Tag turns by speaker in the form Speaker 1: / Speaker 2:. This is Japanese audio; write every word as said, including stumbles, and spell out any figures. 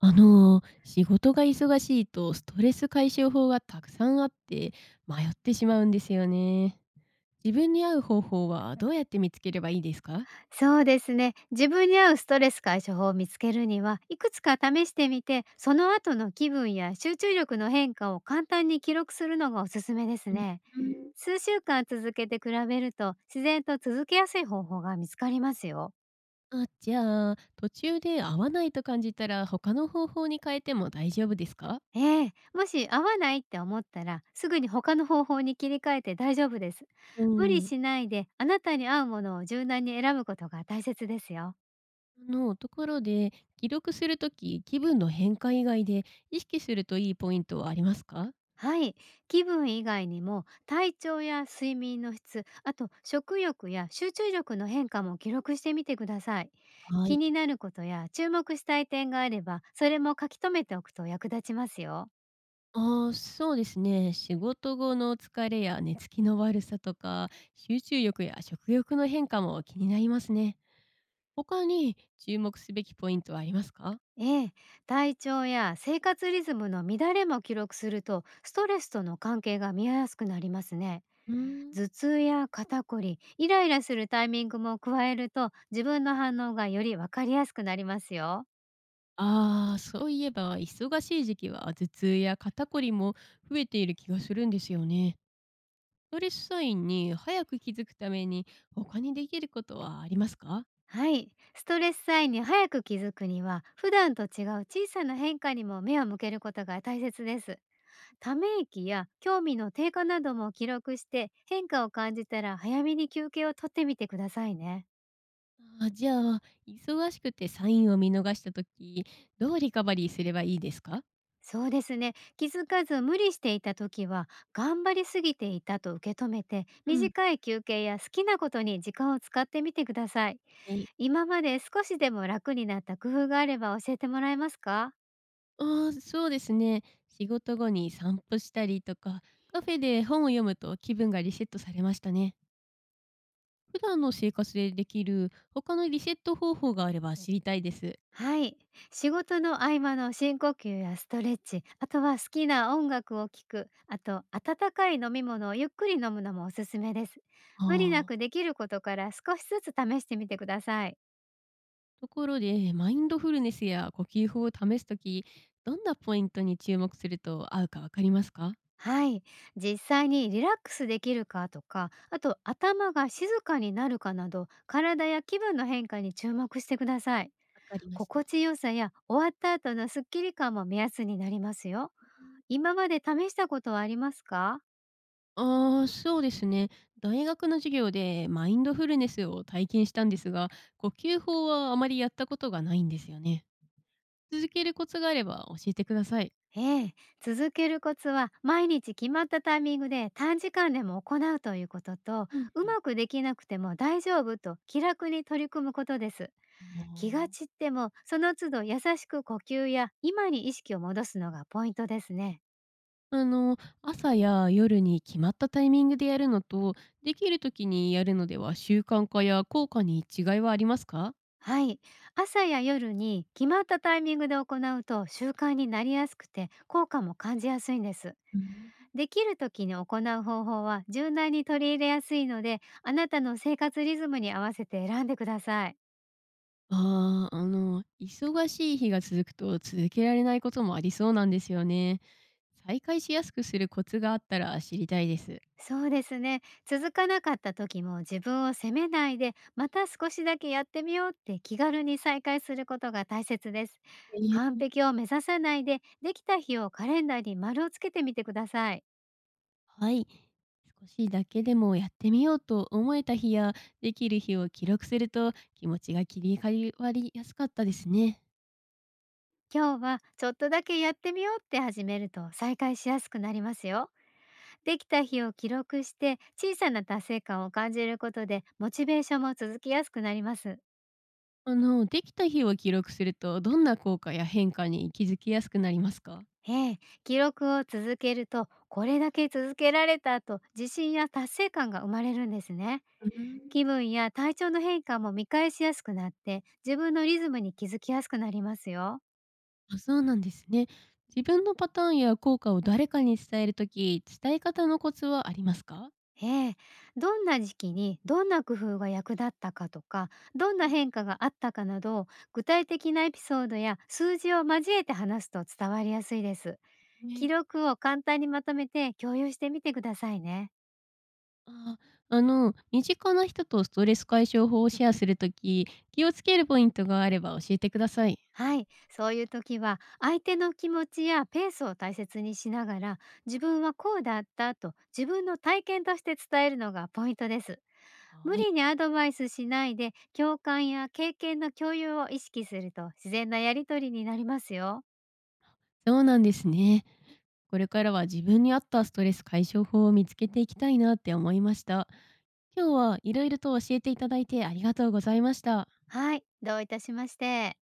Speaker 1: あの、仕事が忙しいとストレス解消法がたくさんあって迷ってしまうんですよね。自分に合う方法はどうやって見つければいいですか？
Speaker 2: そうですね。自分に合うストレス解消法を見つけるには、いくつか試してみて、その後の気分や集中力の変化を簡単に記録するのがおすすめです
Speaker 1: うん。
Speaker 2: ね。数週間続けて比べると、自然と続けやすい方法が見つかりますよ。
Speaker 1: あ、じゃあ、途中で合わないと感じたら他の方法に変えても大丈夫ですか？
Speaker 2: ええ、もし合わないって思ったら、すぐに他の方法に切り替えて大丈夫です。
Speaker 1: う
Speaker 2: 無理
Speaker 1: ん。
Speaker 2: しないで、あなたに合うものを柔軟に選ぶことが大切ですよ。
Speaker 1: あの、ところで、記録するとき気分の変化以外で意識するといいポイントはありますか？
Speaker 2: はい。気分以外にも体調や睡眠の質、あと食欲や集中力の変化も記録してみてください。
Speaker 1: は
Speaker 2: 気
Speaker 1: い。
Speaker 2: になることや注目したい点があれば、それも書き留めておくと役立ちますよ。
Speaker 1: ああ、そうですね。仕事後の疲れや寝つきの悪さとか、集中力や食欲の変化も気になりますね。他に注目すべきポイントはありますか？
Speaker 2: ええ、体調や生活リズムの乱れも記録するとストレスとの関係が見えやすくなりますね。
Speaker 1: うーん。
Speaker 2: 頭痛や肩こり、イライラするタイミングも加えると自分の反応がよりわかりやすくなりますよ。
Speaker 1: ああ、そういえば、忙しい時期は頭痛や肩こりも増えている気がするんですよね。ストレスサインに早く気づくために他にできることはありますか？
Speaker 2: はい。ストレスサインに早く気づくには、普段と違う小さな変化にも目を向けることが大切です。ため息や興味の低下なども記録して、変化を感じたら早めに休憩をとってみてくださいね。
Speaker 1: あー、じゃあ、忙しくてサインを見逃した時どうリカバリーすればいいですか？
Speaker 2: そうですね。気づかず無理していた時は、頑張りすぎていたと受け止めて、
Speaker 1: うん。
Speaker 2: 短い休憩や好きなことに時間を使ってみてください。
Speaker 1: はい。
Speaker 2: 今まで少しでも楽になった工夫があれば教えてもらえますか？
Speaker 1: ああ、そうですね。仕事後に散歩したりとか、カフェで本を読むと気分がリセットされましたね。普段の生活でできる他のリセット方法があれば知りたいです。
Speaker 2: はい。仕事の合間の深呼吸やストレッチ、あとは好きな音楽を聴く、あと温かい飲み物をゆっくり飲むのもおすすめです。無理な
Speaker 1: あ
Speaker 2: く
Speaker 1: あ。
Speaker 2: できることから少しずつ試してみてください。
Speaker 1: ところで、マインドフルネスや呼吸法を試すとき、どんなポイントに注目すると合うかわかりますか？
Speaker 2: はい。実際にリラックスできるかとか、あと頭が静かになるかなど、体や気分の変化に注目してください。
Speaker 1: わかりました。
Speaker 2: 心地よさや終わった後のスッキリ感も目安になりますよ。今まで試したことはありますか？
Speaker 1: ああ、そうですね。大学の授業でマインドフルネスを体験したんですが、呼吸法はあまりやったことがないんですよね。続けるコツがあれば教えてください。
Speaker 2: ええ、続けるコツは毎日決まったタイミングで短時間でも行うということと、
Speaker 1: うん
Speaker 2: う
Speaker 1: うん。
Speaker 2: まくできなくても大丈夫と気楽に取り組むことです。
Speaker 1: あ
Speaker 2: 気が散
Speaker 1: あ。
Speaker 2: ってもその都度優しく呼吸や今に意識を戻すのがポイントですね。
Speaker 1: あの、朝や夜に決まったタイミングでやるのと、できる時にやるのでは習慣化や効果に違いはありますか？
Speaker 2: はい、朝や夜に決まったタイミングで行うと習慣になりやすくて効果も感じやすいんです。
Speaker 1: うん。
Speaker 2: できる時に行う方法は柔軟に取り入れやすいので、あなたの生活リズムに合わせて選んでください。
Speaker 1: ああ、あの、忙しい日が続くと続けられないこともありそうなんですよね。再開しやすくするコツがあったら知りたいです。
Speaker 2: そうですね。続かなかった時も自分を責めないで、また少しだけやってみようって気軽に再開することが大切です。
Speaker 1: え
Speaker 2: 完
Speaker 1: え。
Speaker 2: 璧を目指さないで、できた日をカレンダーに丸をつけてみてください。
Speaker 1: はい。少しだけでもやってみようと思えた日やできる日を記録すると気持ちが切り替わりやすかったですね。
Speaker 2: 今日はちょっとだけやってみようって始めると再開しやすくなりますよ。できた日を記録して小さな達成感を感じることでモチベーションも続きやすくなります。
Speaker 1: あの、できた日を記録するとどんな効果や変化に気づきやすくなりますか？
Speaker 2: ええ、記録を続けるとこれだけ続けられたと自信や達成感が生まれるんですね。
Speaker 1: うーん。
Speaker 2: 気分や体調の変化も見返しやすくなって自分のリズムに気づきやすくなりますよ。
Speaker 1: あ、そうなんですね。自分のパターンや効果を誰かに伝えるとき、伝え方のコツはありますか？
Speaker 2: ええ、どんな時期にどんな工夫が役立ったかとか、どん
Speaker 1: う
Speaker 2: な
Speaker 1: ん。
Speaker 2: 変化があったかなど、具体的なエピソードや数字を交えて話すと伝わりやすいです。記
Speaker 1: ね。
Speaker 2: 録を簡単にまとめて共有してみてくださいね。
Speaker 1: あ。あの、身近な人とストレス解消法をシェアするとき、気をつけるポイントがあれば教えてください。
Speaker 2: はい、そういう時は相手の気持ちやペースを大切にしながら、自分はこうだったと自分の体験として伝えるのがポイントです。無
Speaker 1: はい。
Speaker 2: 理にアドバイスしないで共感や経験の共有を意識すると自然なやりとりになりますよ。
Speaker 1: そうなんですね。これからは自分に合ったストレス解消法を見つけていきたいなって思いました。今日はいろいろと教えていただいてありがとうございました。
Speaker 2: はい、どういたしまして。